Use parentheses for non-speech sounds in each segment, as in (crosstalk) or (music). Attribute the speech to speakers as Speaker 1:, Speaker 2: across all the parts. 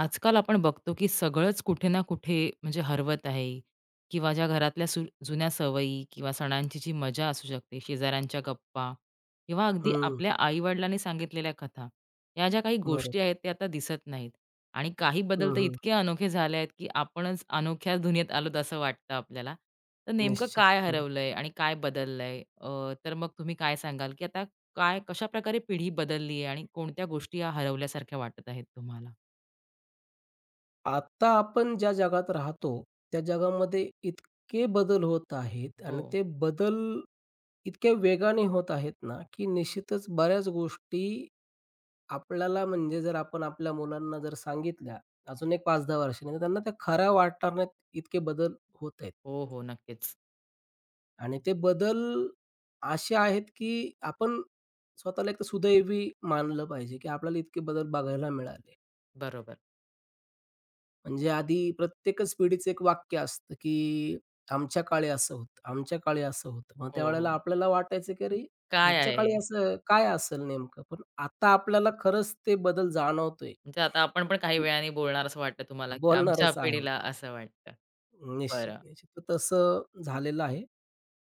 Speaker 1: आजकाल आपण बघतो की सगळंच कुठे ना कुठे म्हणजे हरवत आहे किंवा ज्या घरातल्या सु जुन्या सवयी किंवा सणांची जी मजा असू शकते, शेजाऱ्यांच्या गप्पा किंवा अगदी
Speaker 2: हं,
Speaker 1: आपल्या आई-वडिलांनी सांगितलेल्या कथा, या ज्या काही गोष्टी
Speaker 2: बरोबर.
Speaker 1: आहेत त्या आता दिसत नाहीत आणि काही बदल
Speaker 2: हं,
Speaker 1: तर
Speaker 2: हं.
Speaker 1: इतके अनोखे झाले आहेत की आपणच अनोख्या दुनियेत आलोत असं वाटतं आपल्याला. तर नेमकं
Speaker 2: निश्चित.
Speaker 1: काय
Speaker 2: बरोबर.
Speaker 1: हरवलंय आणि काय बदललंय? तर मग तुम्ही काय सांगाल की आता काय कशाप्रकारे पिढी बदलली आहे आणि कोणत्या गोष्टी या हरवल्यासारख्या वाटत आहेत तुम्हाला?
Speaker 2: आता आपण ज्या जगात राहतो, त्या जगामध्ये इतके बदल होत आहेत आणि
Speaker 1: हो.
Speaker 2: ते बदल इतक्या वेगाने होत आहेत ना, की निश्चितच बऱ्याच गोष्टी आपल्याला म्हणजे जर आपण आपल्या मुलांना जर सांगितल्या, अजून एक 5-10 वर्षांनी, तर त्यांना त्या खऱ्या वाटणार नाहीत, इतके बदल होत आहेत.
Speaker 1: हो, हो. नक्कीच.
Speaker 2: आणि ते बदल असे आहेत, की आपण स्वतःला एक तर सुदैवी मानलं पाहिजे, की आपल्याला इतके बदल बघायला मिळाले.
Speaker 1: बरोबर.
Speaker 2: म्हणजे आधी प्रत्येकच पिढीचं एक वाक्य असतं, की आमच्या काळी असं होतं, आमच्या काळी असं होतं. मग
Speaker 1: हो, हो.
Speaker 2: त्यावेळेला आपल्याला वाटायचं, की अरे,
Speaker 1: काय
Speaker 2: यांच्या
Speaker 1: आहे
Speaker 2: काळी
Speaker 1: हे?
Speaker 2: असं काय असेल नेमकं? पण आता आपल्याला खरंच ते बदल जाणवतोय,
Speaker 1: म्हणजे आता आपण पण काही
Speaker 2: की
Speaker 1: वेळाने बोलणार असं वाटतं तुम्हाला, की आमच्या
Speaker 2: बोलणारच आहे आहोत.
Speaker 1: पिढीला असं वाटतं.
Speaker 2: निश्चित,
Speaker 1: बरं.
Speaker 2: निश्चित. तर तसं झालेलं आहे.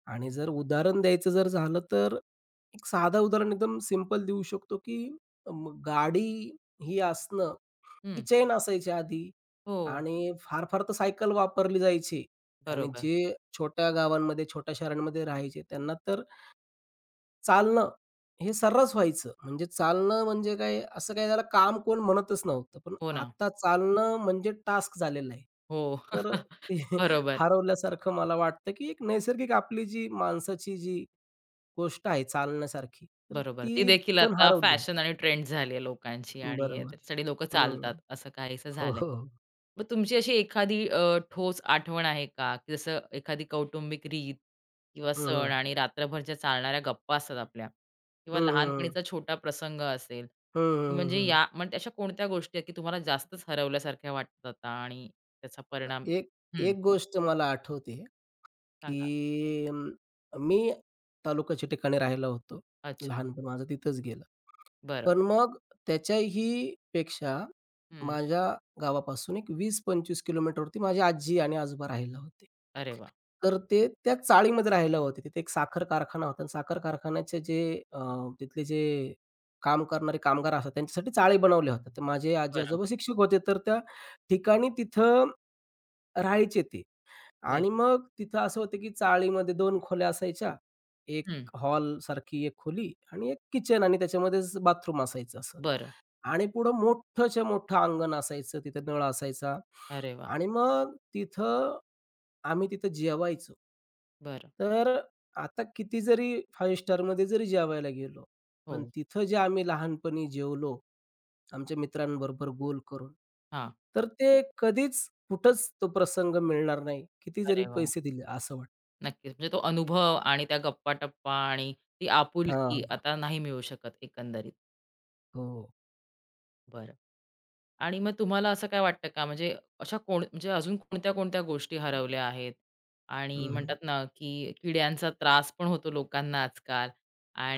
Speaker 2: आणि जर उदाहरण द्यायचं जर झालं, तर एक साधं उदाहरण एकदम सिंपल देऊ शकतो, की मग गाडी ही असणं, ही
Speaker 1: हं.
Speaker 2: चेन असायची आधी
Speaker 1: हो.
Speaker 2: आणि फार फार तर सायकल वापरली जायची आणि
Speaker 1: बरोबर.
Speaker 2: जे छोट्या गावांमध्ये, छोट्या शहरांमध्ये राहायचे त्यांना तर चालणं हे सर्रास व्हायचं. म्हणजे चालणं म्हणजे काय असं काही त्याला काम कोण म्हणतच नव्हतं. पण
Speaker 1: हो ना.
Speaker 2: आता चालणं म्हणजे टास्क झालेलं आहे.
Speaker 1: हो.
Speaker 2: तर
Speaker 1: (laughs)
Speaker 2: ते (laughs)
Speaker 1: बरोबर.
Speaker 2: हरवल्यासारखं मला वाटतं, की एक नैसर्गिक आपली जी माणसाची जी गोष्ट आहे चालण्यासारखी, तर
Speaker 1: बरोबर. ती
Speaker 2: ती
Speaker 1: देखील
Speaker 2: पण
Speaker 1: आता
Speaker 2: हरवली आहे.
Speaker 1: फॅशन आणि ट्रेंड झाली आहे लोकांची आणि
Speaker 2: बरोबर आहे.
Speaker 1: त्याच्यासाठी लोकं चालतात,
Speaker 2: हं.
Speaker 1: असं काहीसं
Speaker 2: हो,
Speaker 1: झालंय.
Speaker 2: हो.
Speaker 1: मग तुमची अशी एखादी ठोस आठवण आहे का? की जसं एखादी कौटुंबिक रीत किंवा
Speaker 2: हं, हं.
Speaker 1: सण आणि रात्रभर चालणाऱ्या गप्पा असतात आपल्या किंवा
Speaker 2: हं, हं, हं.
Speaker 1: लहानपणीचा छोटा प्रसंग असेल, की म्हणजे
Speaker 2: हं,
Speaker 1: या म्हणजे अशा कोणत्या गोष्टी आहेत, की तुम्हाला जास्तच हरवल्यासारख्या वाटतात आता आणि त्याचा परिणाम
Speaker 2: एक
Speaker 1: हं,
Speaker 2: एक गोष्ट मला आठवते.
Speaker 1: सांगा?
Speaker 2: की अं, मी तालुक्याच्या ठिकाणी राहायला होतो.
Speaker 1: अच्छा.
Speaker 2: लहानपण माझं तिथंच गेलं.
Speaker 1: बरं.
Speaker 2: पण मग त्याच्याही पेक्षा
Speaker 1: हं.
Speaker 2: माझ्या गावापासून एक 20-25 किलोमीटरवरती माझी आजी आणि आजोबा राहायला होते.
Speaker 1: अरे वा
Speaker 2: तर ते त्या चाळीमध्ये राहायला होते. तिथे एक साखर कारखाना होता आणि साखर कारखान्याचे जे अ, तिथले जे काम करणारे कामगार असतात त्यांच्यासाठी चाळी बनवल्या होत्या. तर माझे
Speaker 1: बरं.
Speaker 2: आजी-आजोबा शिक्षक होते. तर त्या ठिकाणी तिथं राहायचे ते.
Speaker 1: बरं.
Speaker 2: आणि मग तिथं असं होतं, की चाळीमध्ये 2 खोल्या असायच्या. एक
Speaker 1: हं.
Speaker 2: हॉलसारखी एक खोली आणि एक किचन आणि त्याच्यामध्येच बाथरूम असायचं असं.
Speaker 1: बरं.
Speaker 2: आणि पुढं मोठंच्या मोठं अंगण असायचं, तिथे नळ असायचा
Speaker 1: अरे वाह!
Speaker 2: आणि मग तिथं आम्ही तिथं जेवायचो.
Speaker 1: बरं.
Speaker 2: तर आता किती जरी 5 स्टारमध्ये जरी जेवायला गेलो, पण
Speaker 1: हो,
Speaker 2: तिथं जे आम्ही लहानपणी जेवलो आमच्या मित्रांबरोबर गोल करून.
Speaker 1: हां.
Speaker 2: तर ते कधीच कुठंच तो प्रसंग मिळणार नाही. किती जरी
Speaker 1: अरे वाह!
Speaker 2: पैसे दिले असं वाटतं.
Speaker 1: नक्कीच. म्हणजे तो अनुभव आणि त्या गप्पा-टप्पा आणि ती आपुलकी
Speaker 2: हां,
Speaker 1: आता नाही मिळू शकत एकंदरीत.
Speaker 2: हो.
Speaker 1: बरं. आणि मग तुम्हाला असं काय वाटतं का म्हणजे अशा कोण म्हणजे अजून कोणत्या-कोणत्या गोष्टी हरवल्या आहेत? आणि
Speaker 2: हं, हं.
Speaker 1: म्हणतात ना, की किड्यांचा त्रास पण होतो लोकांना आजकाल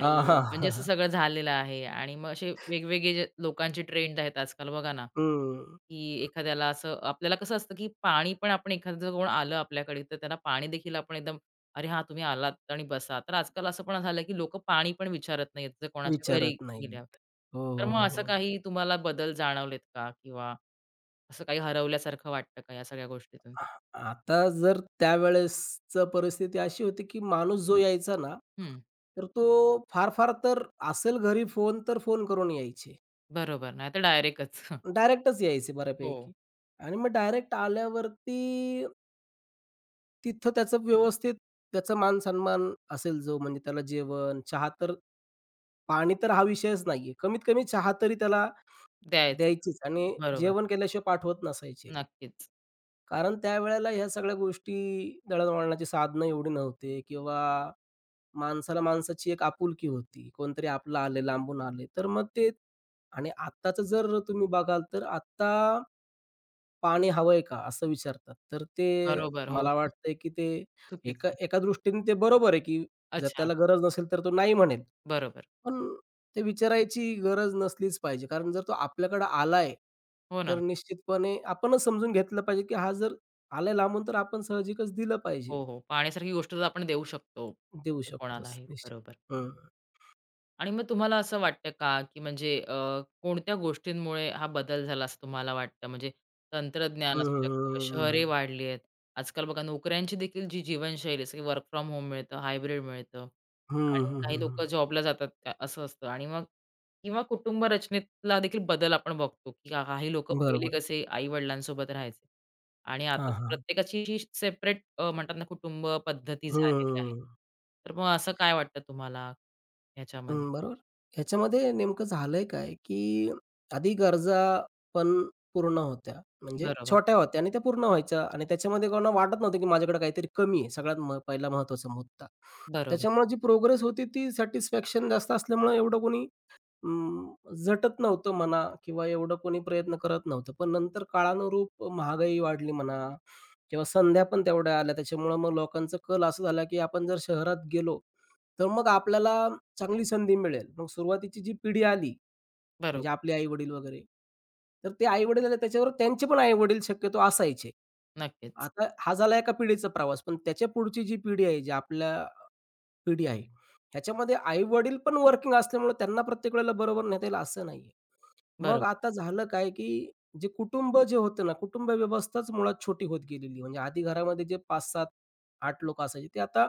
Speaker 2: हां, हां,
Speaker 1: म्हणजे
Speaker 2: हां,
Speaker 1: असं
Speaker 2: हां.
Speaker 1: सगळं झालेलं आहे आणि मग असे वेगवेगळे जे लोकांचे ट्रेंड आहेत आजकाल बघा ना, की एखाद्याला असं आपल्याला कसं असतं, की पाणी पण आपण एखादं जर कोण आलं आपल्याकडे तर त्याला पाणी देखील आपण एकदम अरे हां, तुम्ही आलात आणि बसा. तर आजकाल असं पण झालं, की लोक पाणी पण विचारत नाहीत, जर कोणाच्या घरी
Speaker 2: विचारत
Speaker 1: गेल्यावर.
Speaker 2: नाहीयेत. हो,
Speaker 1: तर
Speaker 2: हो,
Speaker 1: मग असं
Speaker 2: हो.
Speaker 1: काही तुम्हाला बदल जाणवलेत का? किंवा असं काही हरवल्यासारखं वाटतं का या सगळ्या गोष्टीतून?
Speaker 2: आ आता जर त्यावेळेसचं परिस्थिती अशी होती, की माणूस जो यायचा ना,
Speaker 1: हं,
Speaker 2: तर तो फार-फार तर असेल घरी फोन तर फोन करून यायचे.
Speaker 1: बरोबर. नाहीतर डायरेक्टच. (laughs)
Speaker 2: डायरेक्टच यायचे
Speaker 1: हो,
Speaker 2: बऱ्यापैकी आणि मग डायरेक्ट आल्यावरती तिथं त्याचं व्यवस्थित त्याचा मान-सन्मान असेल जो म्हणजे त्याला जेवण, चहा तर पाणी तर हा विषयच नाहीये. कमीत कमी चहा तरी त्याला
Speaker 1: द्यायचं.
Speaker 2: द्यायचीच आणि
Speaker 1: बरोबर.
Speaker 2: जेवण केल्याशिवाय पाठवत नसायचे.
Speaker 1: नक्कीच.
Speaker 2: कारण त्यावेळेला ह्या सगळ्या गोष्टी दळणवळणाची साधनं एवढी नव्हते किंवा माणसाला माणसाची एक आपुलकी होती. कोणतरी आपलं आलंय, लांबून आलंय. तर मग ते आणि आत्ताचं जर तुम्ही बघाल तर आत्ता पाणी हवंय का? असं विचारतात. तर ते
Speaker 1: बरोबर. हो,
Speaker 2: मला वाटतंय, की ते एका
Speaker 1: चुकीचं.
Speaker 2: एका दृष्टीने ते बरोबर आहे, की जर
Speaker 1: अच्छा.
Speaker 2: त्याला गरज नसेल तर तो नाही म्हणेल.
Speaker 1: बरोबर.
Speaker 2: पण ते विचारायची गरज नसलीच पाहिजे. कारण जर तो आपल्याकडे आलाय,
Speaker 1: हो
Speaker 2: तर
Speaker 1: ना.
Speaker 2: निश्चितपणे आपणच समजून घेतलं पाहिजे, की हा जर आलाय लांबून तर आपण साहजिकच दिलं पाहिजे.
Speaker 1: हो, हो. पाण्यासारखी गोष्ट तर आपण देऊ शकतो
Speaker 2: देऊ शकतोच
Speaker 1: कोणालाही.
Speaker 2: निश्चित.
Speaker 1: बरोबर.
Speaker 2: हं.
Speaker 1: आणि मग तुम्हाला असं वाटतं का, की म्हणजे कोणत्या गोष्टींमुळे हा बदल झाला असं तुम्हाला वाटतं? म्हणजे
Speaker 2: हं,
Speaker 1: तंत्रज्ञान असू शकतं,
Speaker 2: हं, हं,
Speaker 1: शहरे
Speaker 2: हं,
Speaker 1: वाढली आहेत. आजकाल बघा नोकऱ्यांची देखील जी जीवनशैली जसं की वर्क फ्रॉम होम मिळतं, हायब्रिड मिळतं आणि काही लोकं जॉबला जातात का असं असतं आणि मग किंवा कुटुंब रचनेतला देखील बदल आपण बघतो, की काही लोकं पहिले
Speaker 2: बरोबर आहे.
Speaker 1: कसे आई-वडिलांसोबत राहायचे आणि आता
Speaker 2: हां,
Speaker 1: असं
Speaker 2: हां.
Speaker 1: प्रत्येकाची सेपरेट म्हणतात ना कुटुंब पद्धती झालेली आहे.
Speaker 2: हं.
Speaker 1: तर मग असं काय वाटतं तुम्हाला ह्याच्यामध्ये?
Speaker 2: हं, बरोबर. ह्याच्यामध्ये नेमकं झालंय काय, की आधी गरजा पण पूर्ण होत्या. म्हणजे
Speaker 1: बरोबर,
Speaker 2: छोट्या होत्या आणि त्या पूर्ण व्हायच्या आणि त्याच्यामध्ये कोणाला वाटत नव्हतं, की माझ्याकडे काहीतरी कमी आहे. सगळ्यात पहिला महत्त्वाचा मुद्दा.
Speaker 1: बरोबर,
Speaker 2: त्याच्यामुळे जी प्रोग्रेस होती ती सॅटिस्फॅक्शन जास्त असल्यामुळे एवढं कोणी अं, झटत नव्हतं म्हणा किंवा एवढं कोणी प्रयत्न करत नव्हतं. पण नंतर काळानुरूप महागाई वाढली म्हणा किंवा संध्या पण तेवढ्या आल्या. त्याच्यामुळं मग लोकांचा कल असा झाला, की आपण जर शहरात गेलो, तर मग आपल्याला चांगली संधी मिळेल. मग सुरुवातीची जी पिढी आली, म्हणजे
Speaker 1: बरोबर.
Speaker 2: आपले आई-वडील वगैरे, तर ते आई-वडील आले त्याच्यावर त्यांचे पण आई-वडील शक्यतो असायचे.
Speaker 1: नक्कीच.
Speaker 2: आता हा झाला एका पिढीचा प्रवास. पण त्याच्या पुढची जी पिढी आहे, जी आपल्या पिढी आहे. ह्याच्यामध्ये आई-वडील पण वर्किंग असल्यामुळे त्यांना प्रत्येक वेळेला बरोबर नेता येईल असं नाहीये. मग
Speaker 1: बरोबर,
Speaker 2: आता झालं काय, की जे कुटुंब जे होतं ना, कुटुंब व्यवस्थाच मुळात छोटी होत गेलेली. म्हणजे आधी घरामध्ये जे 5, 7, 8 लोकं असायचे ते आता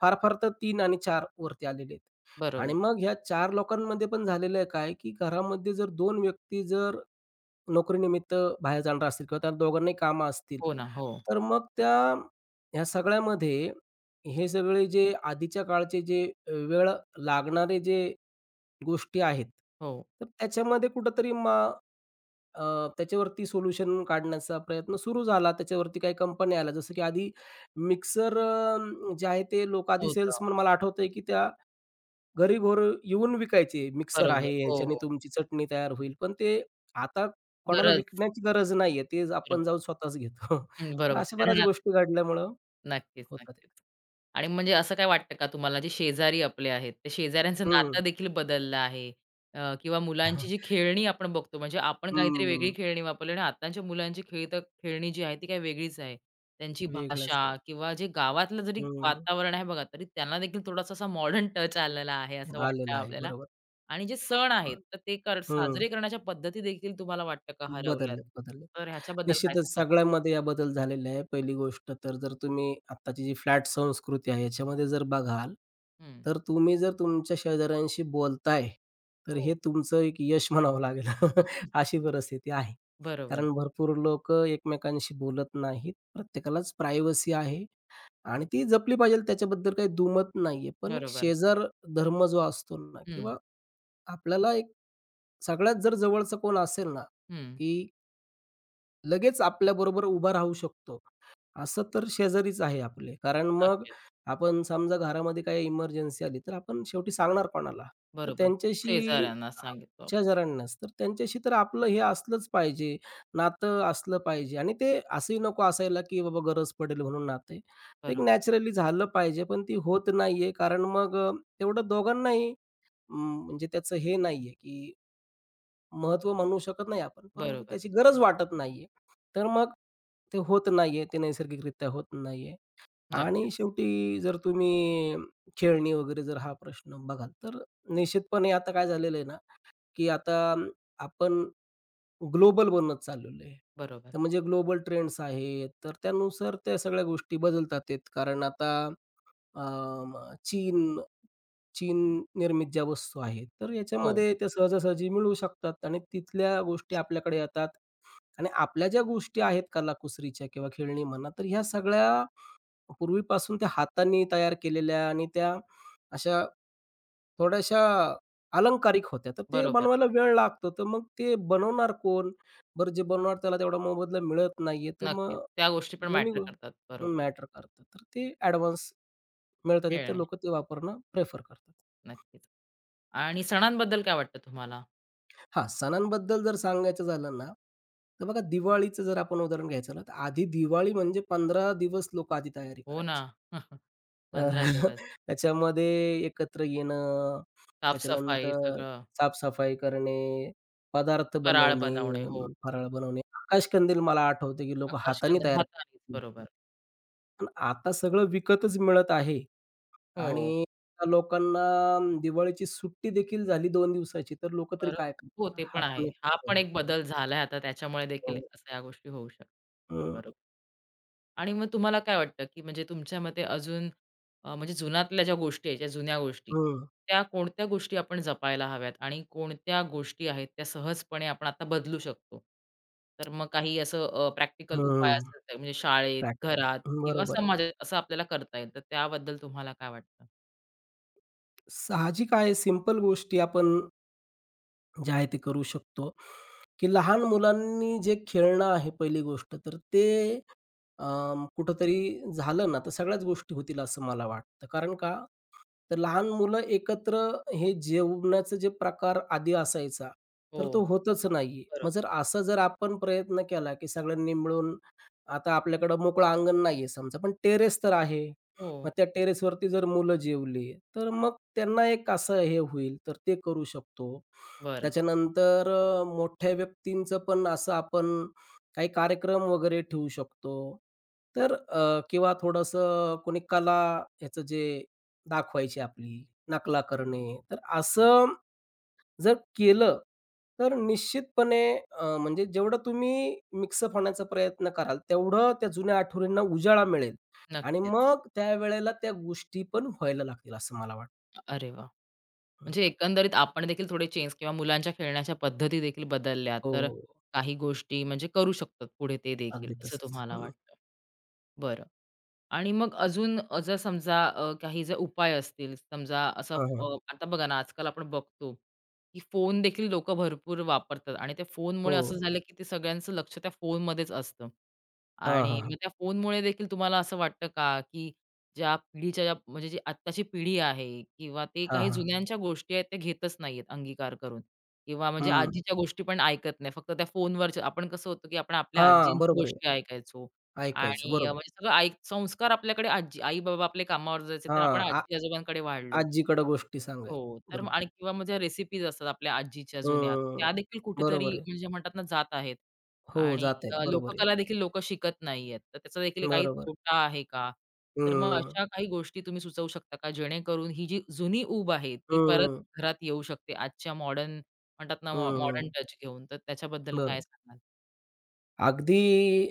Speaker 2: फार फार तर 3 आणि 4 वरती आलेले आहेत. आणि
Speaker 1: बरोबर.
Speaker 2: मग ह्या 4 लोकांमध्ये पण झालेलं आहे काय, की घरामध्ये जर 2 व्यक्ती जर नोकरीनिमित्त बाहेर जाणार असतील किंवा त्या दोघांनाही कामं असतील.
Speaker 1: हो ना. हो,
Speaker 2: तर मग त्या ह्या सगळ्यामध्ये हे सगळे जे आधीच्या काळचे जे वेळ लागणारे जे गोष्टी आहेत,
Speaker 1: हो.
Speaker 2: तर त्याच्यामध्ये कुठेतरी अ, त्याच्यावरती सोल्युशन काढण्याचा प्रयत्न सुरू झाला. त्याच्यावरती काही कंपन्या आल्या. जसं की आधी मिक्सर जे आहे ते लोकं आधी
Speaker 1: नव्हतं.
Speaker 2: सेल्समन मला आठवतंय की त्या घरी-घोर येऊन विकायचे. मिक्सर
Speaker 1: बरोबर.
Speaker 2: आहे,
Speaker 1: हो,
Speaker 2: ह्याच्याने
Speaker 1: हो.
Speaker 2: तुमची चटणी तयार होईल. पण ते आता कोणाला
Speaker 1: गरज.
Speaker 2: विकण्याची गरज नाहीये. ते आपण
Speaker 1: बरोबर.
Speaker 2: जाऊन स्वतःच घेतो. (laughs)
Speaker 1: हं,
Speaker 2: तर
Speaker 1: बरोबर.
Speaker 2: अशा बऱ्याच
Speaker 1: कारण
Speaker 2: गोष्टी घडल्यामुळं
Speaker 1: नक्कीच,
Speaker 2: होतात.
Speaker 1: नक्कीच. आणि म्हणजे असं काय वाटतं का तुम्हाला जे शेजारी आपले आहेत, ते शेजाऱ्यांचं नातं
Speaker 2: हं.
Speaker 1: देखील बदललं आहे? किंवा मुलांची
Speaker 2: हं.
Speaker 1: जी खेळणी आपण बघतो, म्हणजे आपण काहीतरी वेगळी
Speaker 2: (laughs)
Speaker 1: खेळणी वापरली आणि आताच्या मुलांची खेळी तर खेळणी जी आहे ती काही वेगळीच आहे. त्यांची भाषा
Speaker 2: वेगळंच आहे.
Speaker 1: किंवा जे गावातलं जरी
Speaker 2: हं.
Speaker 1: वातावरण आहे बघा, तरी त्यांना देखील थोडासा असा मॉडर्न टच आलेला आहे असं वाटतं
Speaker 2: आलेलं आहे.
Speaker 1: आपल्याला.
Speaker 2: बरोबर.
Speaker 1: आणि जे सण
Speaker 2: हां.
Speaker 1: आहेत, तर ते कर
Speaker 2: हं.
Speaker 1: साजरे करण्याच्या पद्धती देखील तुम्हाला वाटतं का हरवल्यात?
Speaker 2: बदललेत,
Speaker 1: तर ह्याच्याबद्दल काय
Speaker 2: निश्चितच
Speaker 1: सांगाल?
Speaker 2: सगळ्यामध्ये या बदल झालेले आहे. पहिली गोष्ट तर जर तुम्ही आत्ताची जी फ्लॅट संस्कृती आहे याच्यामध्ये जर बघाल,
Speaker 1: हं.
Speaker 2: तर तुम्ही जर तुमच्या शेजाऱ्यांशी बोलताय, तर
Speaker 1: हो.
Speaker 2: हे तुमचं एक यश म्हणावं लागेल. (laughs)
Speaker 1: (laughs)
Speaker 2: अशी परिस्थिती आहे.
Speaker 1: बरोबर.
Speaker 2: कारण भरपूर लोकं एकमेकांशी बोलत नाहीत. प्रत्येकालाच प्रायव्हसी आहे आणि ती जपली पाहिजे त्याच्याबद्दल काही दुमत नाहीये. पण एक
Speaker 1: बरोबर.
Speaker 2: शेजार धर्म जो असतो ना
Speaker 1: हं,
Speaker 2: किंवा आपल्याला एक सगळ्यात जर जवळचा कोण असेल ना,
Speaker 1: हं.
Speaker 2: की लगेच आपल्याबरोबर उभा राहू शकतो. असं तर शेजारीच आहे आपले. कारण मग
Speaker 1: नक्कीच.
Speaker 2: आपण समजा घरामध्ये काही इमर्जन्सी आली, तर आपण शेवटी सांगणार कोणाला? तर
Speaker 1: बरोबर.
Speaker 2: त्यांच्याशी
Speaker 1: शेजाऱ्यांना
Speaker 2: अ,
Speaker 1: सांगितलं.
Speaker 2: शेजाऱ्यांनाच. तर त्यांच्याशी तर आपलं हे असलंच पाहिजे, नातं असलं पाहिजे आणि ते असंही नको असायला, की बाबा गरज पडेल म्हणून नातं एक
Speaker 1: बरोबर,
Speaker 2: नॅचरली झालं पाहिजे, पण ती होत नाहीये. कारण मग तेवढं दोघांनाही अं, म्हणजे त्याचं हे नाहीये, की महत्त्व म्हणू शकत नाही आपण, परंतु
Speaker 1: बरोबर.
Speaker 2: त्याची गरज वाटत नाहीये. तर मग ते होत नाहीये, ते नैसर्गिकरित्या होत नाहीये. आणि
Speaker 1: नक्कीच.
Speaker 2: शेवटी जर तुम्ही खेळणी वगैरे जर हा प्रश्न बघाल, तर निश्चितपणे आता काय झालेलं आहे ना, की आता आपण ग्लोबल बनत चाललेलो आहे.
Speaker 1: बरोबर.
Speaker 2: तर म्हणजे ग्लोबल ट्रेंड्स आहेत, तर त्यानुसार त्या सगळ्या गोष्टी बदलतात आहेत. कारण आता अ, चीन चीन निर्मित ज्या वस्तू आहेत, तर
Speaker 1: हो,
Speaker 2: याच्यामध्ये त्या सहजासहजी मिळू शकतात आणि तिथल्या गोष्टी आपल्याकडे येतात. आणि आपल्या ज्या गोष्टी आहेत कलाकुसरीच्या किंवा खेळणी म्हणा, तर ह्या सगळ्या पूर्वीपासून त्या हातांनी तयार केलेल्या आणि त्या अशा थोड्याशा अलंकारिक होत्या. तर ते
Speaker 1: बरोबर.
Speaker 2: बनवायला वेळ लागतो. तर मग ते बनवणार कोण? बरं जे बनवणार त्याला तेवढा मोबदला मिळत नाहीये. तर मग
Speaker 1: नक्कीच. त्या गोष्टी पण
Speaker 2: दोन्ही
Speaker 1: मॅटर करतात. बरोबर.
Speaker 2: मॅटर करतात. तर ते ॲडव्हान्स मिळतात, ते, तर
Speaker 1: खेळणे.
Speaker 2: लोकं ते वापरणं प्रेफर करतात.
Speaker 1: नक्कीच. आणि सणांबद्दल काय वाटतं तुम्हाला?
Speaker 2: हां, सणांबद्दल जर सांगायचं झालं ना, तर बघा दिवाळीचं जर आपण उदाहरण घ्यायचं ना, तर आधी दिवाळी म्हणजे 15 दिवस लोकं आधी तयारी
Speaker 1: हो ना.
Speaker 2: करायची.
Speaker 1: (laughs)
Speaker 2: तर
Speaker 1: 15 दिवस.
Speaker 2: (laughs) त्याच्यामध्ये एकत्र येणं,
Speaker 1: साफ-सफाई
Speaker 2: त्याच्यानंतर
Speaker 1: सगळं,
Speaker 2: साफ-सफाई करणे, पदार्थ
Speaker 1: फराळ
Speaker 2: बनवणे,
Speaker 1: बनवणे. हो.
Speaker 2: फराळ बनवणे. आकाशकंदील मला आठवते, की लोकं हाताने
Speaker 1: आकाशकंदील
Speaker 2: तयार
Speaker 1: हातानेच.
Speaker 2: करायचे.
Speaker 1: बरोबर.
Speaker 2: पण आता सगळं विकतच मिळत आहे
Speaker 1: हो.
Speaker 2: आणि त्या लोकांना दिवाळीची सुट्टी देखील झाली 2 दिवसाची, तर लोकं तरी
Speaker 1: बरोबर.
Speaker 2: काय
Speaker 1: हो,
Speaker 2: करणार?
Speaker 1: ते
Speaker 2: हा
Speaker 1: पण आहे.
Speaker 2: पण एक
Speaker 1: हा
Speaker 2: मुद्दा
Speaker 1: पण एक
Speaker 2: आहे.
Speaker 1: बदल झालाय आता त्याच्यामुळे देखील अशा या गोष्टी होऊ शकतात.
Speaker 2: हं.
Speaker 1: बरोबर. आणि मग तुम्हाला काय वाटतं, की म्हणजे तुमच्या मते अजून म्हणजे जुनातल्या ज्या गोष्टी आहेत, ज्या जुन्या गोष्टी,
Speaker 2: हं,
Speaker 1: त्या कोणत्या गोष्टी आपण जपायला हव्यात आणि कोणत्या गोष्टी आहेत त्या सहजपणे आपण आता बदलू शकतो? तर मग काही असं प्रॅक्टिकल उपाय
Speaker 2: हं.
Speaker 1: असेल तर म्हणजे शाळेत, घरात
Speaker 2: प्रॅक्ट
Speaker 1: किंवा
Speaker 2: बरोबर आहे.
Speaker 1: समाजात असं आपल्याला करता येईल, तर त्याबद्दल तुम्हाला काय वाटतं?
Speaker 2: साहजिक आहे, सिंपल गोष्टी आपण जे आहे ते करू शकतो, की लहान मुलांनी जे खेळणं आहे पहिली गोष्ट तर ते कुठंतरी झालं ना, तर सगळ्याच गोष्टी होतील असं मला वाटतं. कारण का? तर लहान मुलं एकत्र हे जेवणाचा जे प्रकार आधी असायचा,
Speaker 1: हो,
Speaker 2: तर तो होतच नाहीये. मग
Speaker 1: बरोबर.
Speaker 2: जर असा जर आपण प्रयत्न केला, की सगळ्यांनी मिळून आता आपल्याकडं मोकळं अंगण नाहीये समजा, पण टेरेस तर आहे.
Speaker 1: हो,
Speaker 2: मग त्या टेरेसवरती जर मुलं जेवली, तर मग त्यांना एक असं हे होईल, तर ते करू शकतो.
Speaker 1: बरं.
Speaker 2: त्याच्यानंतर मोठ्या व्यक्तींचं पण असं आपण काही कार्यक्रम वगैरे ठेवू शकतो. तर किंवा थोडंसं कोणी कला ह्याचं जे दाखवायची आपली, नकला करणे. तर असं जर केलं, तर निश्चितपणे म्हणजे जेवढं तुम्ही मिक्सअप होण्याचा प्रयत्न कराल, तेवढं त्या जुन्या आठवणींना उजाळा मिळेल आणि
Speaker 1: नक्कीच.
Speaker 2: मग त्यावेळेला त्या गोष्टी पण व्हायला लागतील असं मला वाटतं.
Speaker 1: अरे वाह!
Speaker 2: हं.
Speaker 1: म्हणजे एकंदरीत आपण देखील थोडे चेंज किंवा मुलांच्या खेळण्याच्या पद्धती देखील बदलल्या
Speaker 2: हो,
Speaker 1: तर काही गोष्टी म्हणजे करू शकतात पुढे ते देखील
Speaker 2: अगदी
Speaker 1: असं
Speaker 2: तसंच.
Speaker 1: तुम्हाला
Speaker 2: हं.
Speaker 1: वाटतं. बरं. आणि मग अजून जर समजा काही जर उपाय असतील, समजा असं
Speaker 2: हां, हां.
Speaker 1: आता बघा ना, आजकाल आपण बघतो, की फोन देखील लोकं भरपूर वापरतात आणि त्या फोनमुळे
Speaker 2: हो.
Speaker 1: असं झालं, की ते सगळ्यांचं लक्ष त्या फोनमध्येच असतं.
Speaker 2: हां, हां,
Speaker 1: आणि
Speaker 2: हां, हां,
Speaker 1: मग त्या फोनमुळे देखील तुम्हाला असं वाटतं का, की ज्या पिढीच्या ज्या म्हणजे जी आत्ताची पिढी आहे किंवा ते
Speaker 2: हं.
Speaker 1: काही
Speaker 2: हां.
Speaker 1: जुन्यांच्या गोष्टी आहेत, त्या घेतच नाहीयेत अंगीकार करून किंवा म्हणजे
Speaker 2: हं.
Speaker 1: आजीच्या गोष्टी पण ऐकत नाही. फक्त त्या फोनवरच्या आपण कसं होतं, की आपण आपल्या
Speaker 2: हां,
Speaker 1: आजींच्या
Speaker 2: बरोबर
Speaker 1: गोष्टी
Speaker 2: आहे.
Speaker 1: ऐकायचो
Speaker 2: ऐकायचो
Speaker 1: आणि
Speaker 2: बरोबर.
Speaker 1: म्हणजे सगळं ऐक संस्कार आपल्याकडे आजी आई-बाबा आपले कामावर जायचे, तर आपण
Speaker 2: हां,
Speaker 1: आजी-आजोबांकडे वाढलो.
Speaker 2: आजीकडं गोष्टी
Speaker 1: हो,
Speaker 2: सांगायच्या
Speaker 1: तर मग आणि
Speaker 2: बरोबर.
Speaker 1: किंवा मग ज्या रेसिपीज असतात आपल्या आजीच्या जुन्या,
Speaker 2: हं,
Speaker 1: त्या देखील कुठेतरी
Speaker 2: बरोबर आहे.
Speaker 1: म्हणजे म्हणतात ना, जात आहेत.
Speaker 2: हो,
Speaker 1: आणि
Speaker 2: जात आहेत बरोबर आहे.
Speaker 1: लोककला देखील लोकं शिकत नाहीयेत. तर त्याचा देखील काही
Speaker 2: बरोबर.
Speaker 1: तोटा आहे का? तर मग
Speaker 2: हं,
Speaker 1: अशा काही गोष्टी तुम्ही सुचवू शकता का, जेणेकरून ही जी जुनी ऊब आहे, ती परत
Speaker 2: हं,
Speaker 1: घरात येऊ शकते आजच्या मॉडर्न म्हणतात ना, मॉडर्न
Speaker 2: हं,
Speaker 1: टच घेऊन. तर त्याच्याबद्दल काय
Speaker 2: बरोबर.
Speaker 1: सांगाल?
Speaker 2: अगदी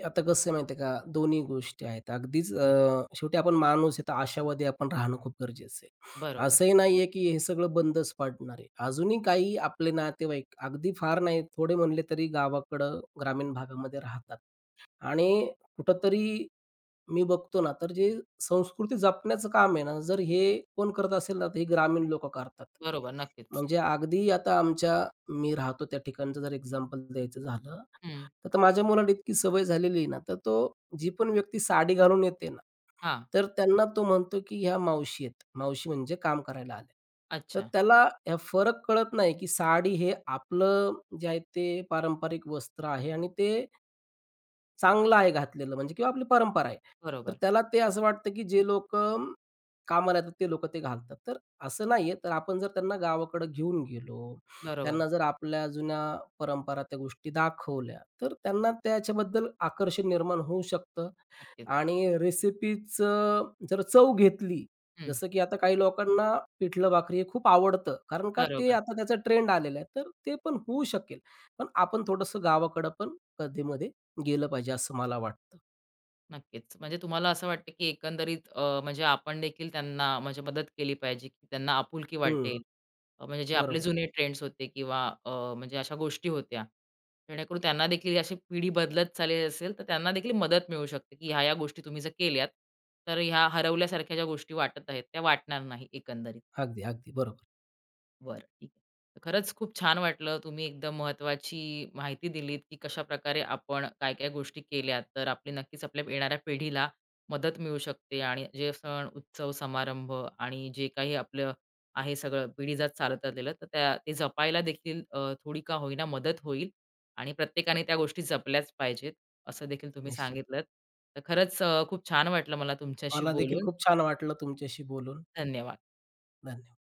Speaker 2: आता कसं आहे माहिती आहे का, दोन्ही गोष्टी आहेत. शेवटी आपण माणूस आहे तर आशावादी आपण राहणं खूप गरजेचं आहे.
Speaker 1: बरोबर,
Speaker 2: असंही नाहीये की हे सगळं बंदच पडणार आहे. अजूनही काही आपले नातेवाईक अगदी फार नाही थोडे म्हणले तरी गावाकडं ग्रामीण भागामध्ये राहतात. आणि कुठेतरी मी बघतो ना, तर जे संस्कृती जपण्याचं काम आहे ना, जर हे कोण करत असेल ना, तर हे ग्रामीण लोकं करतात.
Speaker 1: बरोबर. नक्कीच.
Speaker 2: म्हणजे अगदी आता आमच्या मी राहतो त्या ठिकाणचं जर एक्झाम्पल द्यायचं झालं,
Speaker 1: हं.
Speaker 2: तर आता माझ्या मुलाला इतकी सवय झालेली आहे ना, तर तो जी पण व्यक्ती साडी घालून येते ना,
Speaker 1: हां.
Speaker 2: तर त्यांना तो म्हणतो, की ह्या मावशी आहेत. मावशी म्हणजे काम करायला आल्या. तर
Speaker 1: अच्छा.
Speaker 2: त्याला हा फरक कळत नाही, की साडी हे आपलं जे आहे ते पारंपरिक वस्त्र आहे आणि ते चांगलं आहे घातलेलं म्हणजे किंवा आपली परंपरा आहे. तर
Speaker 1: बरोबर,
Speaker 2: त्याला ते असं वाटतं, की जे लोक, कामाला येतात ते लोक ते घालतात. तर असं नाहीये. तर आपण जर त्यांना गावाकडं घेऊन गेलो,
Speaker 1: बरोबर.
Speaker 2: त्यांना जर आपल्या जुन्या परंपरा त्या गोष्टी दाखवल्या, तर त्यांना त्याच्याबद्दल आकर्षण निर्माण होऊ शकतं.
Speaker 1: नक्कीच.
Speaker 2: आणि रेसिपीचं जर चव घेतली,
Speaker 1: हं.
Speaker 2: जसं की आता काही लोकांना पिठलं भाकरी हे खूप आवडतं, कारण का ते
Speaker 1: बरोबर.
Speaker 2: आता त्याचा ट्रेंड आलेला आहे, तर ते पण होऊ शकेल. पण आपण थोडंसं गावाकडं पण कधीमध्ये गेलं पाहिजे असं मला वाटतं.
Speaker 1: नक्कीच. म्हणजे तुम्हाला असं वाटतं, की एकंदरीत म्हणजे आपण देखील त्यांना म्हणजे मदत केली पाहिजे, की त्यांना आपुलकी
Speaker 2: हं,
Speaker 1: वाटेल. म्हणजे जे आपले
Speaker 2: बरोबर आहे.
Speaker 1: जुने ट्रेंड्स होते किंवा म्हणजे अशा गोष्टी होत्या. जेणेकरून त्यांना देखील अशी पिढी बदलत चालली असेल, तर त्यांना देखील मदत मिळू शकते, की ह्या-ह्या गोष्टी तुम्ही जर केल्यात, तर ह्या हरवल्यासारख्या ज्या गोष्टी वाटत आहेत, त्या वाटणार नाही एकंदरीत.
Speaker 2: अगदी, अगदी बरोबर.
Speaker 1: बरं, ठीक आहे. तर खरंच खूप छान वाटलं. तुम्ही एकदम महत्वाची माहिती दिलीत, की कशा प्रकारे आपण काय-काय गोष्टी केल्या, तर आपली नक्कीच आपल्या येणाऱ्या पिढीला मदत मिळू शकते आणि जे सण, उत्सव, समारंभ आणि जे काही आपलं आहे सगळं पिढीजात चालत आलेलं, तर त्या ते जपायला देखील थोडी का होईना मदत होईल आणि प्रत्येकाने त्या गोष्टी जपल्याच पाहिजेत, असं देखील तुम्ही
Speaker 2: निश्चित.
Speaker 1: सांगितलंत. तर खरंच खूप छान वाटलं मला तुमच्याशी
Speaker 2: मला देखील
Speaker 1: बोलून.
Speaker 2: खूप छान वाटलं तुमच्याशी बोलून.
Speaker 1: धन्यवाद.
Speaker 2: धन्यवाद.